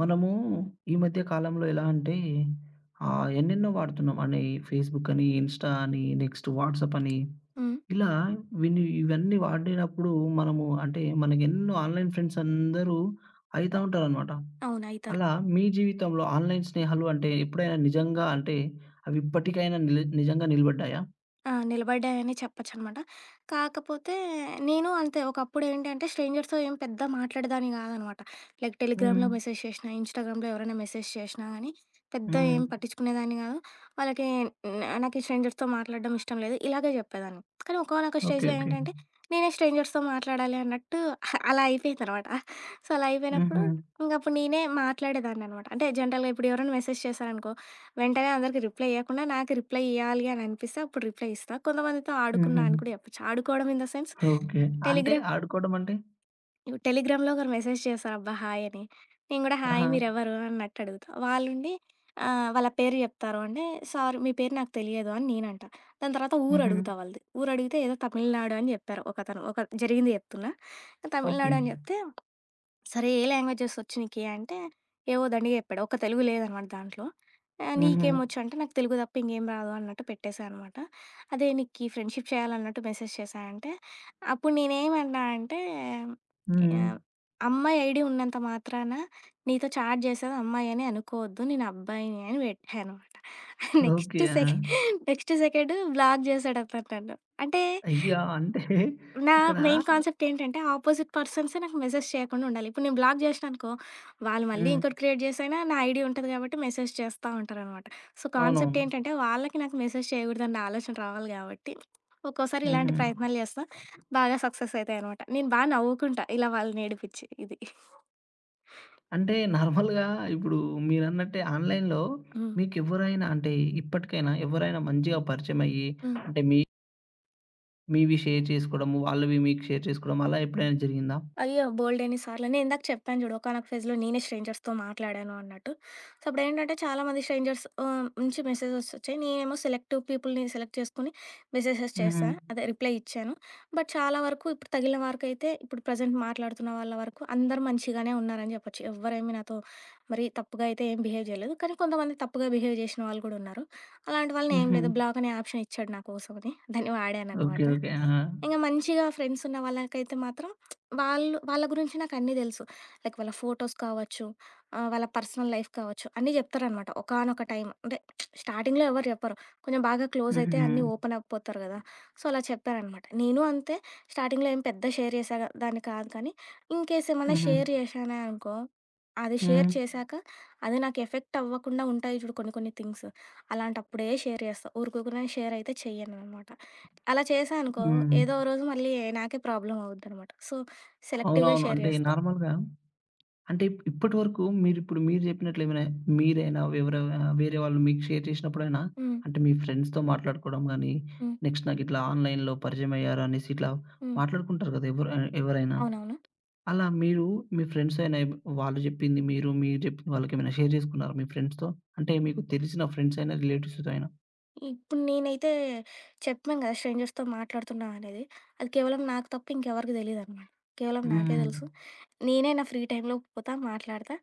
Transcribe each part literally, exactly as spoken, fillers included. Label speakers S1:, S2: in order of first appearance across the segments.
S1: మనము ఈ మధ్య కాలంలో ఎలా అంటే ఆహ్, ఎన్నెన్నో వాడుతున్నాం అని ఫేస్‌బుక్ అని, ఇన్‌స్టా అని, నెక్స్ట్ వాట్సాప్ అని
S2: హ్మ్.
S1: ఇలా విని ఇవన్నీ వాడినప్పుడు మనము అంటే మనకెన్నో ఆన్‌లైన్ ఫ్రెండ్స్ అందరూ అయితా ఉంటారనమాట.
S2: అవును. అయితారు.
S1: అలా మీ జీవితంలో ఆన్‌లైన్ స్నేహాలు అంటే ఎప్పుడైనా నిజంగా అంటే అవి ఇప్పటికైనా నిల నిజంగా నిలబడ్డాయా?
S2: ఆ! నిలబడ్డాయనే చెప్పొచ్చనమాట. కాకపోతే నేను అంతే ఒకప్పుడేంటి అంటే స్ట్రేంజర్స్‌తో ఏం పెద్ద మాట్లాడేదాన్ని గాదనమాట. లైక్ టెలిగ్రామ్‌లో
S1: హ్మ్.
S2: మెసేజ్ చేషినా, ఇన్‌స్టాగ్రామ్‌లో ఎవరైనా మెసేజ్ చేషినా గానీ, పెద్ద
S1: హ్మ్.
S2: ఏం పట్టించుకునేదాన్ని గాదు. వాళ్ళకి న నాకు ఈ స్ట్రేంజర్స్‌తో మాట్లాడడం ఇష్టం లేదు. ఇలాగే జెప్పేదాన్ని. కానీ ఒకానొక
S1: ఓకే.
S2: స్టేజ్‌లో
S1: ఓకే.
S2: ఏంటంటే, నేనే స్ట్రేంజర్స్‌తో మాట్లాడాలి అన్నట్టు అలా అయిపోయిందనమాట. సో, అలా అయిపోయినప్పుడు
S1: హుహు.
S2: ఇంగప్పుడు నేనే మాట్లాడేదాన్ననమాట. అంటే జనరల్‌గా ఇప్పుడు ఎవరైనా మెసేజ్ చేశారనుకో, వెంటనే అందరికి రిప్లై ఇయ్యకుండా, నాకు రిప్లై ఇయ్యాలి అని అనిపిస్తే అప్పుడు రిప్లై ఇస్తా. కొంతమందితో
S1: హుహు.
S2: ఆడుకున్నా అని కూడా చెప్పొచ్చు. ఆడుకోవడం ఇన్ ద సెన్స్
S1: ఓకే. అంటే
S2: టెలిగ్రామ్
S1: ఆడుకోవడం అంటే?
S2: టెలిగ్రామ్‌లో ఒకరు మెసేజ్ చేశారు అబ్బా! హాయ్ అని. నేను కూడా హాయ్
S1: ఆహా!
S2: మీరెవరు అన్నట్టు అడుగుతా. వాళ్ళుండి ఆహ్, వాళ్ళ పేరు చెప్తారు. అంటే సారీ మీ పేరు నాకు తెలియదు అని నేనంటా. దాని తర్వాత ఊరు
S1: హుహు.
S2: అడుగుతా వాళ్ళది. ఊరు అడిగితే ఏదో తమిళనాడు అని చెప్పారు ఒకతను. ఒక జరిగింది చెప్తున్నా.
S1: ఓకే.
S2: తమిళనాడు అని చెప్తే సరే ఏ లాంగ్వేజెసొచ్చు నీకి అంటే, ఏవో దండిగా చెప్పాడు. ఒక్క తెలుగు లేదనమాట దాంట్లో. ఆహ్,
S1: హుహు.
S2: నీకేమొచ్చు అంటే, నాకు తెలుగు తప్ప ఇంకేం రాదు అన్నట్టు పెట్టేశా అనమాట. అదే నీకీ ఫ్రెండ్‌షిప్ చేయాలన్నట్టు మెసేజ్ చేశా అంటే, అప్పుడు నేనేమన్నా అంటే,
S1: హ్మ్.
S2: యాహ్, అమ్మాయి ఐడీ ఉన్నంత మాత్రాన నీతో చాట్ చేసేది అమ్మాయని అనుకోవద్దు. నేను అబ్బాయిని అని పెట్టా అనమాట. నెక్స్ట్
S1: ఓకే. ఆ!
S2: సెక నెక్స్ట్ సెకండ్ బ్లాక్ చేశాడతను నన్ను. అంటే
S1: అయ్యా! అంటే
S2: నా
S1: ఇక్కడ
S2: మెయిన్ కాన్సెప్ట్ ఏంటంటే, అపోజిట్ పర్సన్సే నాకు మెసేజ్ చేయకుండా ఉండాలి. ఇప్పుడు నేను బ్లాక్ జేసిననుకో, వాళ్ళు మళ్ళీ
S1: హ్మ్.
S2: ఇంకోటి క్రియేట్ జేసైనా నా ఐడీ ఉంటది గాబట్టి మెసేజ్ చేస్తా ఉంటారనమాట. సో, కాన్సెప్ట్
S1: అవునవును.
S2: ఏంటంటే, వాళ్ళకి నాకు మెసేజ్ చేయగూడదన్న ఆలోచన రావాలి గాబట్టి, ఒక్కోసారి ఇలాంటి
S1: హుహు.
S2: ప్రయత్నాలు జేస్తా. బాగా సక్సెస్ అయితాయనమాట. నేను బా నవ్వుకుంటా ఇలా వాళ్ళనేడిపిచ్చి. ఇది.
S1: అంటే నార్మల్‌గా ఇప్పుడు మీరన్నట్టే ఆన్‌లైన్‌లో
S2: హ్మ్.
S1: మీకెవ్వరైనా అంటే ఇప్పటికైనా ఎవరైనా మంచిగా పరిచయమయ్యి
S2: హ్మ్.
S1: అంటే మీ మీవి షేర్ చేసుకోవడము, వాళ్ళవి మీకు షేర్ చేసుకోవడం అలా ఎప్పుడైనా జరిగిందా?
S2: అయ్యో! బోలెడన్ని సార్లు. నేను ఇందాక చెప్పాను చూడు, ఒకానొక ఫేజ్‌లో నేనే స్ట్రేంజర్స్‌తో మాట్లాడాను అన్నట్టు. సో, అప్పుడేంటంటే చాలామంది స్ట్రేంజర్స్ ఆహ్, నుంచి మెసేజెస్ వచ్చాయి. నేనేమో సెలెక్టివ్ పీపుల్‌ని సెలెక్ట్ చేసుకొని మెసేజెస్
S1: హుహు.
S2: చేశా. అదే రిప్లై ఇచ్చాను. బట్ చాలా వరకు ఇప్పుడు తగిలిన వరకైతే ఇప్పుడు ప్రెజెంట్ మాట్లాడుతున్న వాళ్ళ వరకు అందరూ మంచిగానే ఉన్నారని చెప్పొచ్చు. ఎవ్వరేమి నాతో మరి తప్పుగా అయితే ఏం బిహేవ్ చేయలేదు. కానీ కొంతమంది తప్పుగా బిహేవ్ చేసిన వాళ్ళు కూడా ఉన్నారు. అలాంటి వాళ్ళని ఏం
S1: హుహు.
S2: లేదు బ్లాక్ అనే ఆప్షన్ ఇచ్చాడు నా కోసమని. దాన్ని
S1: ఓకే.
S2: వాడాననమాట.
S1: ఓకే. ఆ!
S2: ఇంక మంచిగా ఫ్రెండ్స్ ఉన్న వాళ్ళకైతే మాత్రం వాళ్ళు వాళ్ళ గురించి నాకన్నీ తెలుసు. లైక్ వాళ్ళ ఫోటోస్ కావచ్చు, ఆహ్, వాళ్ళ పర్సనల్ లైఫ్ కావచ్చు, అన్నీ చెప్తారనమాట. ఒకానొక టైం అంటే స్టార్టింగ్‌లో ఎవరు చెప్పరు. కొంచెం బాగా క్లోజ్ అయితే
S1: హుహు.
S2: అన్నీ ఓపెన్ అవ్వకపోతారు కదా! సో, అలా చెప్పారనమాట. నేను అంతే స్టార్టింగ్‌లో ఏం పెద్ద షేర్ చేసే దాన్ని కాదు కానీ, ఇన్‌కేస్ ఏమన్నా
S1: హుహు.
S2: షేర్ చేశానే అనుకో, అది షేర్
S1: హ్మ్.
S2: చేశాక అది నాకు ఎఫెక్ట్ అవ్వకుండా ఉంటాయి చూడు కొన్ని కొన్ని థింగ్స్. అలాంటప్పుడే షేర్ చేస్తా. ఊరుకూకనే షేర్ అయితే చెయ్యననమాట. అలా చేశా అనుకో,
S1: హ్మ్.
S2: ఏదో ఓ రోజు మళ్ళీ నాకే ప్రాబ్లమ్ అవుద్దనమాట. సో, సెలెక్టివ్‌గా
S1: అవునవును.
S2: షేర్
S1: అంటే
S2: చేస్తా.
S1: నార్మల్‌గా అంటే ఇప్ ఇప్పటివరకు మీరిప్పుడు మీరు ఇప్పుడు మీరు చెప్పినట్లు ఏమైనా మీరైనా, ఎవరైనా వేరే వాళ్ళు మీకు షేర్ చేసినప్పుడైనా
S2: హ్మ్.
S1: అంటే మీ ఫ్రెండ్స్‌తో మాట్లాడుకోవడం గానీ,
S2: హ్మ్.
S1: నెక్స్ట్ నాకిట్లా ఆన్‌లైన్‌లో పరిచయమయ్యారు అనేసి ఇట్లా
S2: హ్మ్.
S1: మాట్లాడుకుంటారు కదా! ఎవరు ఆహ్, ఎవరైనా.
S2: అవునవును.
S1: అలా మీరు మీ ఫ్రెండ్స్ అయినా ఎవ్ వాళ్ళు చెప్పింది మీరు, మీరు చెప్పింది వాళ్ళకేమైనా షేర్ చేసుకున్నారా మీ ఫ్రెండ్స్‌తో? అంటే మీకు తెలిసిన ఫ్రెండ్స్ అయినా, రిలేటివ్స్‌తో అయినా?
S2: ఇప్పుడు నేనైతే చెప్పాను కదా! స్ట్రేంజర్స్‌తో మాట్లాడుతున్నా అనేది. అది కేవలం నాకు తప్ప ఇంకెవరికీ తెలీదనమాట. కేవలం నాకే
S1: హ్మ్.
S2: తెలుసు. నేనే నా ఫ్రీ టైమ్‌లో పోతా, మాట్లాడతా.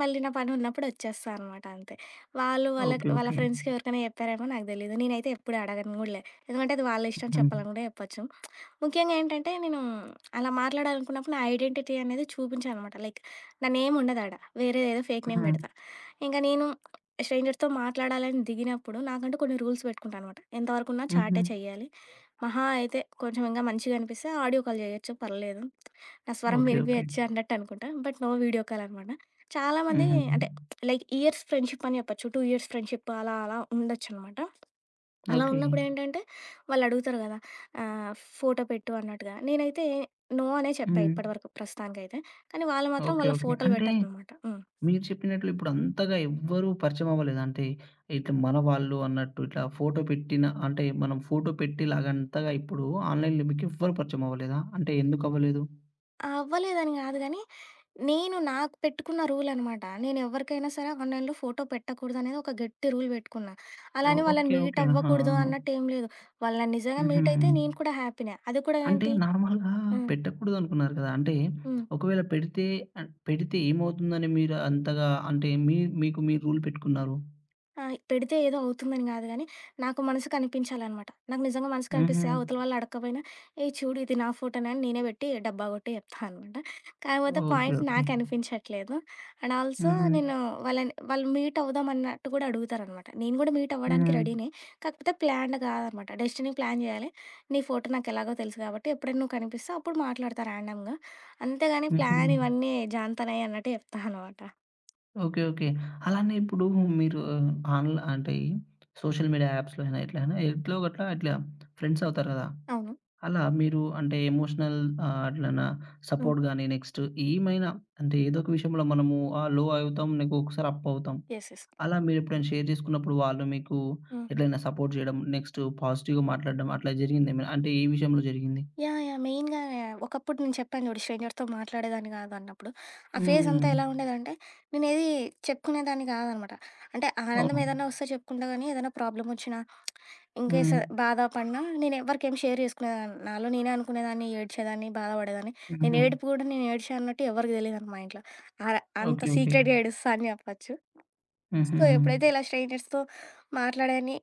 S2: మళ్ళీ నా పని ఉన్నప్పుడు వచ్చేస్తా అనమాట అంతే. వాళ్ళు వాళ్ళకి
S1: ఓకే.
S2: వాళ్ళ
S1: ఓకే.
S2: ఫ్రెండ్స్‌కి ఎవరికైనా చెప్పారేమో నాకు తెలీదు. నేనైతే ఎప్పుడు అడగను గూడా లే. ఎందుకంటే అది వాళ్ళ ఇష్టం
S1: హ్మ్.
S2: చెప్పాలని కూడా చెప్పొచ్చు. ముఖ్యంగా ఏంటంటే నేను అలా మాట్లాడాలనుకున్నప్పుడు నా ఐడెంటిటీ అనేది చూపించాననమాట. లైక్ నా నేమ్ ఉండదాడ. వేరేదేదో ఫేక్ నేమ్
S1: హ్మ్.
S2: పెడతా. ఇంకా నేను స్ట్రేంజర్స్‌తో మాట్లాడాలని దిగినప్పుడు నాకంటూ కొన్ని రూల్స్ పెట్టుకుంటాననమాట. ఎంతవరకున్నా
S1: హుహు.
S2: చాటే చేయాలి. మహా అయితే కొంచెం ఇంగా మంచిగా అనిపిస్తే ఆడియో కాల్ చేయొచ్చు పర్లేదు. నా స్వరం
S1: ఓకే. ఓకే.
S2: వినిపియొచ్చు అన్నట్టు అనుకుంటా. బట్ నో వీడియో కాల్ అనమాట. చాలామంది
S1: హుహు.
S2: అంటే లైక్ ఇయర్స్ ఫ్రెండ్‌షిప్ అని చెప్పొచ్చు. రెండు ఇయర్స్ ఫ్రెండ్‌షిప్ అలా అలా ఉండొచ్చనమాట. అలా
S1: ఓకే.
S2: ఉన్నప్పుడేంటంటే వాళ్ళడుగుతారు గదా! ఆహ్, ఫోటో పెట్టు అన్నట్టుగా. నేనైతే నో అనే చెప్పా
S1: హ్మ్.
S2: ఇప్పటివరకు ప్రస్తుతానికైతే. కానీ వాళ్ళు మాత్రం
S1: ఓకే.
S2: వాళ్ళ
S1: ఓకే.
S2: ఫోటోలు
S1: అంటే
S2: పెట్టారనమాట. హ్మ్.
S1: మీరు చెప్పినట్లు ఇప్పుడు అంతగా ఎవ్వరూ పరిచయం అవ్వలేదు. అంటే ఇట్లా మన వాళ్ళు అన్నట్టు ఇట్లా ఫోటో పెట్టిన అంటే మనం ఫోటో పెట్టేలాగా అంతగా ఇప్పుడు ఆన్‌లైన్‌లో మీకెవ్వరు పరిచయం అవ్వలేదా? అంటే ఎందుకు అవ్వలేదు?
S2: అవ్వలేదని గాదు గానీ, నేను నాకు పెట్టుకున్న రూలనమాట. నేనెవ్వరికైనా సరే ఆన్‌లైన్‌లో ఫోటో పెట్టకూడదనేది ఒక గట్టి రూల్ బెట్టుకున్నా. అలా అని వాళ్ళని
S1: ఓకే.
S2: Meet
S1: okay. ఆహా!
S2: అవ్వకూడదు అన్నట్టేం లేదు. వాళ్ళు నన్ను నిజంగా
S1: హుహు.
S2: మీటయితే నేను కూడా హ్యాపీనే. అది కూడా
S1: అంటే
S2: ఏంటి
S1: నార్మల్‌గా
S2: ఆ!
S1: పెట్టకూడదనుకున్నారు కదా! అంటే
S2: హ్మ్.
S1: ఒకవేళ పెడితే ఆహ్, పెడితే ఏమవుతుందని మీరు అంతగా అంటే మీ మీకు మీరు రూల్ పెట్టుకున్నారు?
S2: ఆ! పెడితే ఏదో అవుతుందని గాదు గానీ, నాకు మనసుకు అనిపించాలనమాట. నాకు నిజంగా మనసుకు అనిపిస్తే
S1: హుహు.
S2: అవతల వాళ్ళు అడక్కపోయినా, "ఏయ్! చూడు ఇది నా ఫోటోనే" అని నేనే పెట్టి డబ్బా కొట్టి చెప్తా అనమాట. కాకపోతే
S1: ఓకే.
S2: Point
S1: okay.
S2: నాకు అనిపించట్లేదు. అండ్ ఆల్సో
S1: హుహు.
S2: నేను వాళ్ళని వాళ్ళు మీట్ అవుదాం అన్నట్టు గూడా అడుగుతారనమాట. నేను గూడా మీట్ అవ్వడానికి
S1: హుహు.
S2: రెడీనే. కాకపోతే ప్లాన్డ్ గాదనమాట. డెస్టినీ ప్లాన్ జేయాలి. నీ ఫోటో నాకెలాగో తెలుసు కాబట్టి ఎప్పుడైనా నువ్వు కనిపిస్తే అప్పుడు మాట్లాడతా ర్యాండమ్‌గా. అంతేగాని
S1: హుహు.
S2: ప్లాన్ ఇవన్నీ జాన్తనయి అన్నట్టు చెప్తా అనమాట.
S1: ఓకే. ఓకే. అలానే ఇప్పుడు మీరు ఆన్‌ల అంటే ఈ సోషల్ మీడియా యాప్స్‌లో అయినా ఎట్లైనా ఎట్లో గట్లా ఇట్లా ఫ్రెండ్స్ అవుతారు గదా!
S2: అవును.
S1: అలా మీరు అంటే ఎమోషనల్ ఆహ్, అట్లనా
S2: హ్మ్.
S1: సపోర్ట్ గాని నెక్స్ట్ ఏమైనా అంటే ఏదో ఒక విషయంలో మనము ఆహ్, లో అవుతాం. నీకు ఒకసారి అప్ అవుతాం.
S2: యెస్. యెస్.
S1: అలా మీరెప్పుడైనా షేర్ చేసుకున్నప్పుడు వాళ్ళు మీకు
S2: హ్మ్.
S1: ఎట్లైనా సపోర్ట్ జేయడం నెక్స్ట్ పాజిటివ్‌గా మాట్లాడడం అట్లా జరిగిందేమైనా? అంటే ఏ విషయంలో జరిగింది?
S2: యాహ్! యాహ్! మెయిన్‌గా ఒకప్పుడు నేను చెప్పాను చూడు స్ట్రేంజర్‌తో మాట్లాడేదాన్ని కాదు అన్నప్పుడు, ఆ ఫేజ్ అంతా
S1: హ్మ్.
S2: ఎలా ఉండేదంటే నేనేది చెప్పుకునేదాన్ని కాదనమాట. అంటే ఆనందం
S1: అవును.
S2: ఏదైనా వస్తే చెప్పుకుంటా గానీ, ఏదైనా ప్రాబ్లమ్ వచ్చినా, ఇన్‌కేస్
S1: హ్మ్.
S2: బాధ పడినా నేను ఎవ్వరికేం షేర్ చేసుకునేదాన్ని. నాలో నేనే అనుకునేదాన్ని, ఏడ్చేదాన్ని, బాధపడేదాన్ని. నేను
S1: హుహు.
S2: ఏడుపు కూడా నేను ఏడ్చా అన్నట్టు ఎవరికీ తెలీదనమాట మా ఇంట్లో. ఆహ్, అంత
S1: ఓకే. ఓకే.
S2: సీక్రెట్‌గా ఏడుస్తా అని చెప్పొచ్చు.
S1: హుహు.
S2: సో,
S1: హ్మ్.
S2: ఎప్పుడైతే ఇలా స్ట్రేంజర్స్‌తో మాట్లాడాని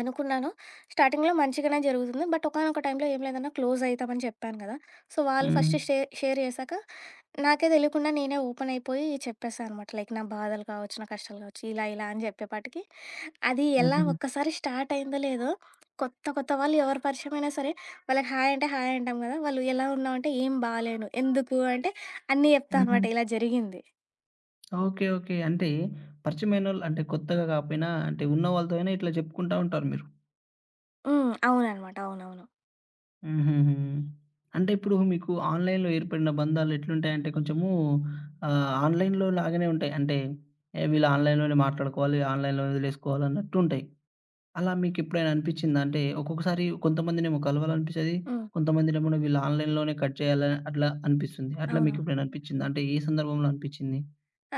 S2: అనుకున్నాను. స్టార్టింగ్‌లో మంచిగానే జరుగుతుంది. బట్ ఒకానొక టైంలో ఏం లేదన్నా క్లోజ్ అయితామని చెప్పాను కదా! సో, వాళ్ళు
S1: హ్మ్.
S2: ఫస్ట్ షే షేర్ చేశాక నాకే తెలియకుండా నేనే ఓపెన్ అయిపోయి చెప్పేసా అనమాట. లైక్ నా బాధలు కావచ్చు, నా కష్టాలు కావచ్చు, ఇలా ఇలా అని చెప్పేపాటికి అది ఎలా
S1: హుహు.
S2: ఒక్కసారి స్టార్ట్ అయిందో లేదో కొత్త కొత్త వాళ్ళు ఎవరి పరిచయమైనా సరే వాళ్ళకి హాయ్ అంటే హాయ్ అంటాం కదా! వాళ్ళు ఎలా ఉన్నావు అంటే ఏం బాలేను. ఎందుకు అంటే అన్నీ చెప్తా
S1: హుహు.
S2: అనమాట ఇలా జరిగింది.
S1: ఓకే. ఓకే. అంటే పరిచయమైనోళ్ళు అంటే కొత్తగా కాకపోయినా అంటే ఉన్న వాళ్ళతో అయినా ఇట్లా చెప్పుకుంటా ఉంటారు మీరు.
S2: హ్మ్. అవుననమాట. అవునవును.
S1: హుహుహు. అంటే ఇప్పుడు మీకు ఆన్‌లైన్‌లో ఏర్పడిన బంధాలు ఎట్లుంటాయంటే కొంచెము ఆహ్, ఆన్‌లైన్‌లో లాగానే ఉంటాయి. అంటే ఏ వీళ్ళు ఆన్‌లైన్‌లోనే మాట్లాడుకోవాలి, ఆన్‌లైన్‌లో వదిలేసుకోవాలి అన్నట్టుంటాయి. అలా మీకెప్పుడైనా అనిపిచ్చిందా? అంటే ఒక్కొక్కసారి కొంతమందినేమో కలవాలనిపిస్తది.
S2: హ్మ్.
S1: కొంతమందినేమో వీళ్ళు ఆన్‌లైన్‌లోనే కట్ చేయాలి అట్లా అనిపిస్తుంది. అట్లా
S2: అవునవును.
S1: మీకెప్పుడైనా అనిపిచ్చిందా? అంటే ఏ సందర్భంలో అనిపిచ్చింది?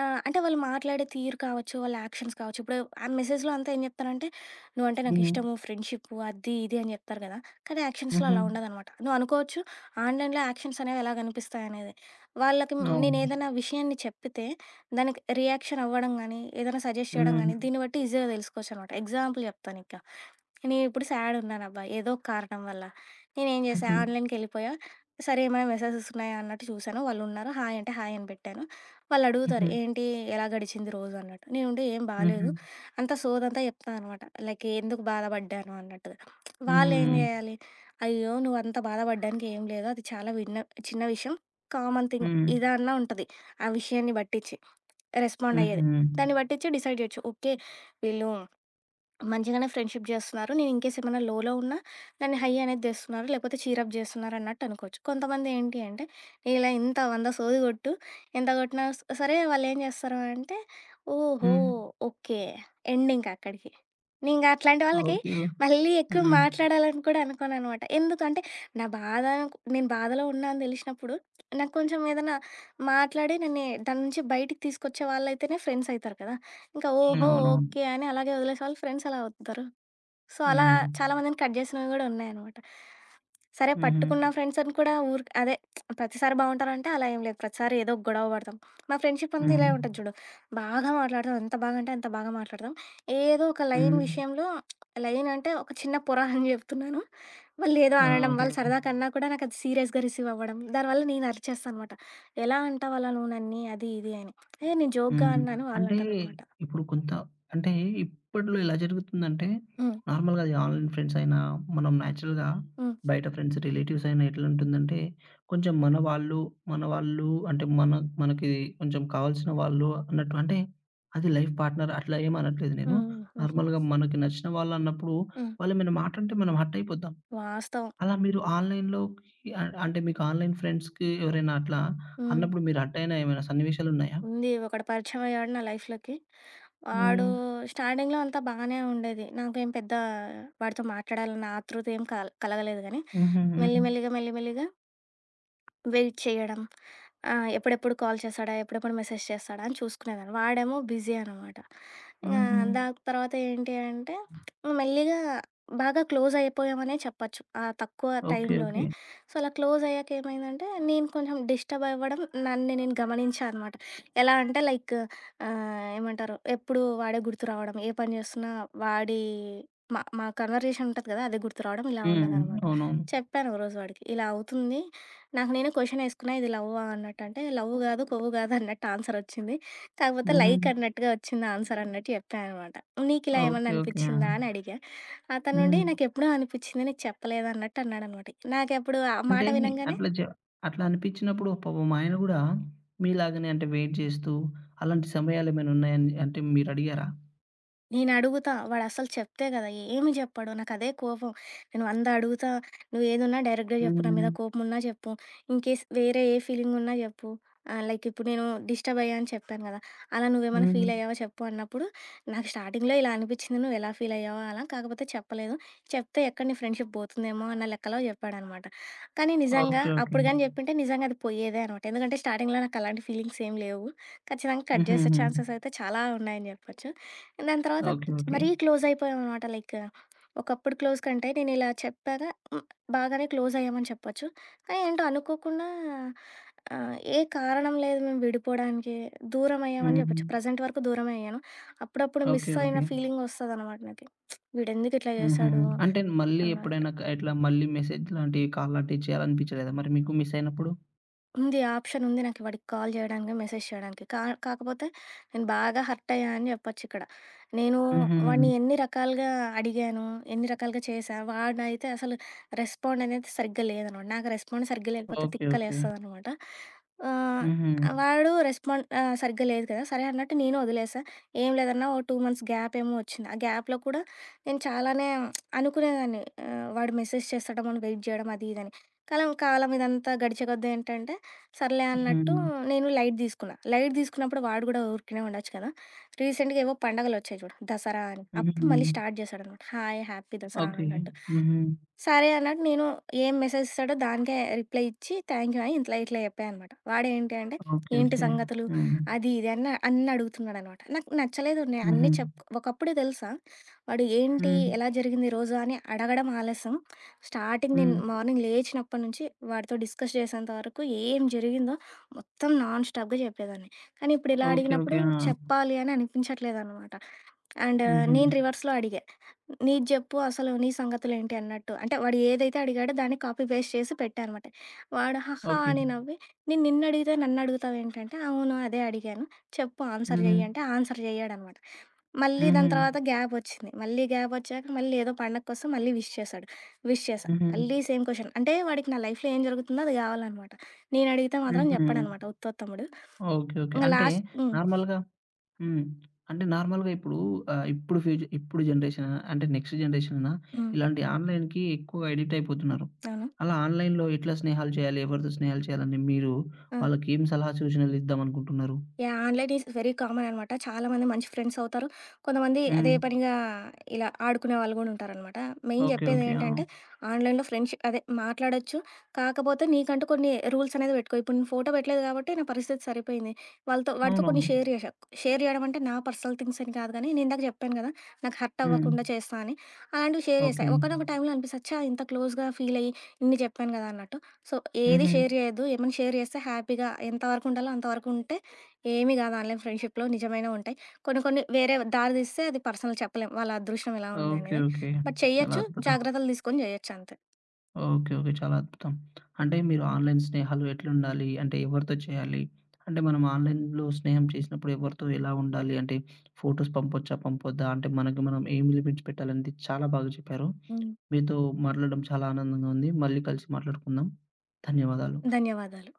S2: ఆ! అంటే వాళ్ళు మాట్లాడే తీరు కావచ్చు, వాళ్ళ యాక్షన్స్ కావచ్చు. ఇప్పుడు ఆ మెసేజ్‌లో అంతా ఏం చెప్తారంటే, "నువ్వంటే
S1: హ్మ్.
S2: నాకిష్టము, ఫ్రెండ్‌షిప్పు" అది, ఇది అని చెప్తారు కదా! కానీ యాక్షన్స్‌లో
S1: హుహు.
S2: అలా ఉండదనమాట. నువ్వు అనుకోవచ్చు, ఆన్‌లైన్‌లో యాక్షన్స్ అనేవి ఎలా కనిపిస్తాయనేది. వాళ్ళకి
S1: అవును.
S2: నేనేదైనా విషయాన్ని చెప్తే, దానికి రియాక్షన్ అవ్వడం గానీ, ఏదైనా సజెస్ట్ చేయడం
S1: హ్మ్.
S2: గానీ, దీన్ని బట్టి ఈజీగా తెలుసుకోవచ్చనమాట. ఎగ్జాంపుల్ చెప్తానిక. నేనిప్పుడు సాడ్ ఉన్నానబ్బా ఏదో ఒక కారణం వల్ల. నేనేం చేశా
S1: హుహు.
S2: ఆన్‌లైన్‌కెళ్ళిపోయా. సరే ఏమైనా మెసేజెస్ ఉన్నాయా అన్నట్టు చూశాను. వాళ్ళున్నారు. హాయ్ అంటే హాయ్ అని పెట్టాను. వాళ్ళడుగుతారు
S1: హుహు.
S2: ఏంటి ఎలా గడిచింది రోజు అన్నట్టు. నేనుండి ఏం
S1: హుహు.
S2: బాలేదు. అంతా సోదంతా చెప్తా అనమాట. లైక్ ఎందుకు బాధపడ్డాను అన్నట్టుగా. వాళ్ళేం
S1: హ్మ్.
S2: చేయాలి? అయ్యో! నువ్వంత బాధపడ్డానికి ఏం లేదు. అది చాలా విన్న చిన్న విషయం. కామన్ థింగ్
S1: హ్మ్.
S2: ఇదన్నా ఉంటది. ఆ విషయాన్ని పట్టిచ్చి రెస్పాండ్ అయ్యేది.
S1: హుహు.
S2: దాన్ని పట్టిచ్చి డిసైడ్ చేయొచ్చు. ఓకే. వీళ్ళు మంచిగానే ఫ్రెండ్‌షిప్ జేస్తున్నారు. నేను ఇన్‌కేస్ ఏమైనా లోలో ఉన్నా దాన్ని హై అనేది తెస్తున్నారు. లేకపోతే చీరప్ జేస్తున్నారు అన్నట్టు అనుకోవచ్చు. కొంతమంది ఏంటి అంటే ఇలా ఇంత వంద సోది కొట్టు, ఎంత కొట్టినా స్ సరే వాళ్ళేం జేస్తారు అంటే, ఓహో!
S1: హ్మ్.
S2: ఓకే. ఎండ్ ఇంక అక్కడికి. నేను ఇంగ అట్లాంటి వాళ్ళకి
S1: ఓకే.
S2: మళ్ళీ ఎక్కువ
S1: హ్మ్.
S2: మాట్లాడాలని కూడా అనుకోననమాట. ఎందుకంటే నా బాధ నేను బాధలో ఉన్నా అని దెలిసినప్పుడు నాకు కొంచెం ఏదైనా మాట్లాడి నన్ను దాని నుంచి బయటికి తీసుకొచ్చే వాళ్ళైతేనే ఫ్రెండ్స్ అయితారు కదా! ఇంకా
S1: హ్మ్.
S2: ఓహో!
S1: అవునవును.
S2: ఓకే. అని అలాగే వదిలేసేవాళ్ళు. ఫ్రెండ్స్ అలా అవుతారు. సో, అలా
S1: హ్మ్.
S2: చాలా మందిని కట్ చేసినవి గూడా ఉన్నాయనమాట. సరే
S1: హుహు.
S2: పట్టుకున్న ఫ్రెండ్సని కూడా ఊరికే అదే ప్రతిసారి బావుంటారంటే అలా ఏం లేదు. ప్రతిసారి ఏదో ఒక గొడవ పడతాం. మా ఫ్రెండ్‌షిప్ అంతా ఇలా
S1: హుహు.
S2: ఉంటది చూడు. బాగా మాట్లాడతాం. ఎంత బాగా అంటే అంత బాగా మాట్లాడతాం. ఏదో ఒక లైన్
S1: హ్మ్.
S2: విషయంలో లైన్ అంటే ఒక చిన్న పొర అని చెప్తున్నాను. వాళ్ళేదో
S1: ఆ!
S2: అనడం,
S1: ఓకే.
S2: వాళ్ళు సరదాగా అన్నా కూడా నాకది సీరియస్‌గా రిసీవ్ అవ్వడం. దానివల్ల నేను అరిచేస్తా అనమాట. ఎలా అంటావు అలా నువ్వు నన్ని అది ఇది అని. ఏ నేను జోక్‌గా
S1: హ్మ్.
S2: అన్నాను
S1: అంటే
S2: వాళ్ళంటారనమాట.
S1: ఇప్పుడు కొంత అంటే ఇప్పట్లో ఎలా జరుగుతుందంటే
S2: హ్మ్.
S1: నార్మల్‌గా అది ఆన్‌లైన్ ఫ్రెండ్స్ అయినా, మనం నేచురల్‌గా
S2: హ్మ్.
S1: బయట ఫ్రెండ్స్, రిలేటివ్స్ అయినా ఎట్లా ఉంటుందంటే కొంచెం మన వాళ్ళు, మన వాళ్ళు అంటే మన మనకి కొంచెం కావాల్సిన వాళ్ళు అన్నట్టు అంటే అది లైఫ్ పార్ట్‌నర్ అట్లా ఏమి అనట్లేదు నేను.
S2: హ్మ్. హ్మ్. ఓకే.
S1: నార్మల్‌గా మనకి నచ్చిన వాళ్ళు అన్నప్పుడు
S2: హ్మ్.
S1: వాళ్ళు ఏమైనా మాట అంటే మనం హర్ట్ అయిపోతాం.
S2: వాస్తవం.
S1: అలా మీరు ఆన్‌లైన్‌లోకి అ అంటే మీకు ఆన్‌లైన్ ఫ్రెండ్స్‌కి ఎవరైనా అట్లా
S2: హ్మ్.
S1: అన్నప్పుడు మీరు హర్ట్ అయిన ఏమైనా సన్నివేశాలున్నాయా?
S2: ఉంది. ఒకడు పరిచయం అయ్యాడు నా లైఫ్‌లోకి. వాడు
S1: హ్మ్.
S2: స్టార్టింగ్‌లో అంతా బాగానే ఉండేది. నాకేం పెద్ద వాడితో మాట్లాడాలన్న ఆతృత ఏం కల్ కలగలేదు గానీ,
S1: హుహు.
S2: మెల్లి
S1: హ్మ్.
S2: మెల్లిగా, మెల్లి మెల్లిగా వెయిట్ చేయడం. ఆహ్, ఎప్పుడెప్పుడు కాల్ చేస్తాడా? ఎప్పుడెప్పుడు మెసేజ్ చేస్తాడా? అని చూసుకునేదాన్ని. వాడేమో బిజీ అనమాట. ఇంగా
S1: హుహు.
S2: దాని తర్వాత ఏంటి అంటే మెల్లిగా బాగా క్లోజ్ అయిపోయామనే చెప్పొచ్చు. ఆ తక్కువ
S1: ఓకే.
S2: టైంలోనే.
S1: ఓకే.
S2: సో, అలా క్లోజ్ అయ్యాక ఏమైందంటే నేను కొంచెం డిస్టర్బ్ అవ్వడం నన్ను నేను గమనించా అనమాట. ఎలా అంటే లైక్ ఆహ్, ఏమంటారు? ఎప్పుడు వాడే గుర్తు రావడం. ఏ పని చేస్తున్నా వాడి మా మా కన్వర్జేషన్ ఉంటది కదా! అది గుర్తు రావడం ఇలా
S1: హ్మ్.
S2: ఉండేదనమాట.
S1: అవునవును.
S2: చెప్పాను ఒకరోజు వాడికి. ఇలా అవుతుంది. నాకు నేనే క్వెషన్ ఏసుకున్నా. ఇది లవ్వా అన్నట్టు. అంటే లవ్ గాదు, కొవ్వు గాదు అన్నట్టు ఆన్సర్ వచ్చింది. కాకపోతే
S1: హుహు.
S2: లైక్ అన్నట్టుగా వచ్చింది ఆన్సర్ అన్నట్టు చెప్పా అనమాట. నీకిలా ఏమన్నా
S1: ఓకే. ఓకే. ఆ!
S2: అనిపిచ్చిందా అని అడిగా. అతనుండి
S1: హ్మ్.
S2: నాకెప్పుడో అనిపిచ్చింది. నీకు చెప్పలేదు అన్నట్టు అన్నాడనమాట. నాకప్పుడు ఆ మాట
S1: అంటే
S2: వినంగానే
S1: అట్లా జ అట్లా అనిపించినప్పుడు పాపం మా ఆయన గూడా మీలాగానే అంటే వెయిట్ చేస్తూ అలాంటి సమయాలేమైనా ఉన్నాయని అంటే మీరడిగారా?
S2: నేనడుగుతా. వాడసలు చెప్తే కదా! ఏమి చెప్పడు. నాకదే కోపం. నేను వంద అడుగుతా. నువ్వేదున్నా డైరెక్ట్‌గా చెప్పు. నా మీద
S1: హ్మ్.
S2: కోపమున్నా చెప్పు. ఇన్‌కేస్ వేరే ఏ ఫీలింగున్నా చెప్పు. ఆహ్, లైక్ ఇప్పుడు నేను డిస్టర్బ్ అయ్యా అని చెప్పాను కదా! అలా నువ్వేమైనా ఫీల్
S1: హ్మ్.
S2: అయ్యావా చెప్పు అన్నప్పుడు, నాకు స్టార్టింగ్‌లో ఇలా అనిపిచ్చింది. నువ్వెలా ఫీల్ అయ్యావో అలా. కాకపోతే చెప్పలేదు. చెప్తే ఎక్కడ నీ ఫ్రెండ్‌షిప్ పోతుందేమో అన్న లెక్కలో చెప్పాడనమాట. కానీ నిజంగా
S1: ఓకే. ఓకే.
S2: అప్పుడు గాని చెప్పుంటే నిజంగా అది పోయేదే అనమాట. ఎందుకంటే స్టార్టింగ్‌లో నాకు అలాంటి ఫీలింగ్స్ ఏం లేవు. ఖచ్చితంగా కట్ చేసే
S1: హుహుహు.
S2: ఛాన్సెస్ అయితే చాలా ఉన్నాయని చెప్పొచ్చు. దాని తర్వాత
S1: ఓకే.
S2: చ్
S1: ఓకే.
S2: మరీ క్లోజ్ అయిపోయామనమాట. లైక్ ఒకప్పుడు క్లోజ్ కంటే నేనిలా చెప్పాగా హ్మ్, బాగానే క్లోజ్ అయ్యామని చెప్పొచ్చు. కానీ ఏంటో అనుకోకుండా ఆహ్, ఏ కారణం లేదు మేము విడిపోవడానికి. దూరమయ్యామని
S1: హ్మ్.
S2: చెప్పొచ్చు. ప్రెజెంట్ వరకు దూరమే అయ్యాను. అప్పుడప్పుడు మిస్
S1: ఓకే.
S2: అయిన
S1: ఓకే.
S2: ఫీలింగొస్తదనమాట నాకి. వీడెందుకిట్లా
S1: హుహుహు.
S2: చేశాడు
S1: అంటే మళ్ళీ
S2: అన్నది.
S1: ఎప్పుడైనా క ఇట్లా మళ్ళీ మెసేజ్ లాంటివి కాల్ లాంటివి చేయాలనిపించలేదా మరి మీకు మిస్ అయినప్పుడు?
S2: ఉంది. ఆప్షన్ ఉంది నాకు వాడికి కాల్ చేయడానికి, మెసేజ్ చేయడానికి. కా కాకపోతే నేను బాగా హర్ట్ అయ్యా అని చెప్పొచ్చిక్కడ. నేను
S1: హుహు.
S2: వాడిని ఎన్ని రకాలుగా అడిగాను, ఎన్ని రకాలుగా చేశా, వాడైతే అసలు రెస్పాండ్ అనేది సరిగ్గా లేదనమాట. నాకు రెస్పాండ్ సరిగ్గా లేకపోతే
S1: ఓకే. ఓకే.
S2: తిక్కలేస్తదనమాట. ఆహ్,
S1: హుహు.
S2: వాడు రెస్పాండ్ ఆహ్, సరిగ్గా లేదు కదా! సరే అన్నట్టు నేను వదిలేసా. ఏం లేదన్నా ఓ రెండు మంత్స్ గ్యాప్ ఏమో వచ్చింది. ఆ గ్యాప్‌లో కూడా నేను చాలానే అనుకునేదాన్ని ఆహ్, వాడు మెసేజ్ చేస్తాడేమో అని వెయిట్ జేయడం అది ఇదని. కాలం కాలం ఇదంతా గడిచేకొద్దీ ఏంటంటే సర్లే అన్నట్టు
S1: హ్మ్.
S2: నేను లైట్ తీసుకున్నా. లైట్ తీసుకున్నప్పుడు వాడు గూడా ఊరికనే ఉండొచ్చు కదా! రీసెంట్‌గా ఏవో పండగలొచ్చాయి చూడు. దసరా అని. అప్పుడు
S1: హుహు.
S2: మళ్ళీ స్టార్ట్ చేశాడనమాట. హాయ్! Happy Dasara
S1: okay.
S2: అన్నట్టు.
S1: హుహు.
S2: సరే అన్నట్టు నేను ఏం మెసేజ్ ఇస్తాడో దానికే రిప్లై ఇచ్చి థ్యాంక్ యూ అని ఇట్లా ఇట్లా చెప్పా అనమాట. వాడేంటి అంటే
S1: ఓకే.
S2: ఏంటి
S1: ఓకే.
S2: సంగతులు
S1: హ్మ్.
S2: అది ఇది అని అన్నీ అడుగుతున్నాడనమాట. నాకు నచ్చలేదు. నేను అన్నీ
S1: హుహు.
S2: చెప్ ఒకప్పుడు తెలుసా వాడు ఏంటి
S1: హ్మ్.
S2: ఎలా జరిగింది ఈ రోజు అని అడగడం ఆలస్యం. స్టార్టింగ్ నేను
S1: హ్మ్.
S2: మార్నింగ్ లేచినప్పటి నుంచి వాడితో డిస్కస్ చేసేంత వరకు ఏం జరిగిందో మొత్తం నాన్ స్టాప్‌గా చెప్పేదాన్ని. కానీ ఇప్పుడు ఇలా
S1: ఓకే.
S2: అడిగినప్పుడు
S1: ఓకే. ఆ!
S2: చెప్పాలి అని అనిపించట్లేదనమాట. అండ్
S1: హుహు.
S2: నేను రివర్స్‌లో అడిగా. నీది జెప్పు అసలు నీ సంగతులేంటి అన్నట్టు. అంటే వాడు ఏదైతే అడిగాడో దాన్ని కాపీ పేస్ట్ చేసి పెట్టా అనమాట. వాడు హాహా!
S1: ఓకే.
S2: అని నవ్వి, నేను నిన్నడిగితే నన్నడుగుతావేంటంటే, అవును అదే అడిగాను. చెప్పు ఆన్సర్
S1: హ్మ్.
S2: జెయ్యి అంటే ఆన్సర్ జెయ్యడనమాట. మళ్ళీ దాని
S1: హుహు.
S2: తర్వాత గ్యాపొచ్చింది. మళ్ళీ గ్యాపొచ్చాక మళ్ళీ ఏదో పండగ కోసం మళ్ళీ విష్ చేశాడు. విష్ చేశా.
S1: హుహు.
S2: మళ్ళీ సేమ్ క్వెషన్. అంటే వాడికి నా లైఫ్‌లో ఏం జరుగుతుందో అది గావాలనమాట. నేనడిగితే మాత్రం
S1: హుహు.
S2: జెప్పడనమాట ఉత్తోత్తముడు.
S1: ఓకే. ఓకే.
S2: ఇంగ
S1: అంటే
S2: లాస్ట్ హ్మ్.
S1: నార్మల్‌గా హ్మ్. అంటే నార్మల్‌గా ఇప్పుడు ఆహ్, ఇప్పుడు ఫ్యూచ ఇప్పుడు జనరేషన్ అంటే నెక్స్ట్ జనరేషన్ అయినా
S2: హ్మ్.
S1: ఇలాంటి ఆన్‌లైన్‌కి ఎక్కువ అడిక్ట్ అయిపోతున్నారు.
S2: అవును.
S1: అలా ఆన్‌లైన్‌లో ఎట్లా స్నేహాలు చేయాలి? ఎవరితో స్నేహాలు చేయాలని మీరు
S2: ఆ!
S1: వాళ్ళకేం సలహా సూచనలు ఇద్దామనుకుంటున్నారు?
S2: Yeah! Online is very common అనమాట. చాలామంది మంచి ఫ్రెండ్స్ అవుతారు. కొంతమంది అదే
S1: హ్మ్.
S2: పనిగా ఇలా ఆడుకునే వాళ్ళు గూడా ఉంటారనమాట. Main
S1: okay. ఓకే. ఆ!
S2: జెప్పేదేంటంటే ఆన్‌లైన్‌లో ఫ్రెండ్‌షిప్ అదే మాట్లాడొచ్చు. కాకపోతే నీకంటూ కొన్ని రూల్స్ అనేది పెట్టుకో. ఇప్పుడు నేను ఫోటో పెట్టలేదు గాబట్టి నా పరిస్థితి సరిపోయింది. వాళ్ళతో వాడితో కొన్ని
S1: అవునవును.
S2: షేర్ జేశా. షేర్ జేయడం అంటే నా పర్సనల్ థింగ్స్ అని కాదు గానీ, నేను ఇందాక జెప్పాను గదా! నాకు హర్ట్
S1: హ్మ్.
S2: అవ్వకుండా చేస్తా అని. అలాంటివి షేర్ జేశా.
S1: ఓకే.
S2: ఒకానొక టైంలో అనిపిస్తది. ఛా! ఇంత క్లోజ్‌గా ఫీల్ అయ్యి ఇన్ని జెప్పాను గదా! అన్నట్టు. సో, ఏది
S1: హుహు.
S2: షేర్ జేయొద్దు. ఏమన్నా షేర్ జేస్తే హ్యాపీగా ఎంత వరకు ఉండాలో అంతవరకు ఉంటే ఏమి కాదు ఆన్‌లైన్ ఫ్రెండ్‌షిప్‌లో నిజమైనవి ఉంటాయి. కొన్ని కొన్ని వేరే దారి తీస్తే అది పర్సనల్ చెప్పలేం. వాళ్ళ అదృష్టం ఎలా ఉంది
S1: ఓకే.
S2: అనేది.
S1: ఓకే.
S2: బట్
S1: చాలా
S2: చెయ్యొచ్చు.
S1: అద్భుతం.
S2: జాగ్రత్తలు తీసుకొని జేయొచ్చు అంతే.
S1: ఓకే. ఓకే. చాలా అద్భుతం. అంటే మీరు ఆన్‌లైన్ స్నేహాలు ఎట్లుండాలి? అంటే ఎవరితో చేయాలి? అంటే మనం ఆన్‌లైన్‌లో స్నేహం చేసినప్పుడు ఎవరితో ఎలా ఉండాలి? అంటే ఫోటోస్ పంపొచ్చా? పంపొద్దా? అంటే మనకి మనం ఏం లిమిట్స్ పెట్టాలనేది చాలా బాగా చెప్పారు.
S2: హ్మ్.
S1: మీతో మాట్లాడడం చాలా ఆనందంగా ఉంది. మళ్ళీ కలిసి మాట్లాడుకుందాం. ధన్యవాదాలు.
S2: ధన్యవాదాలు.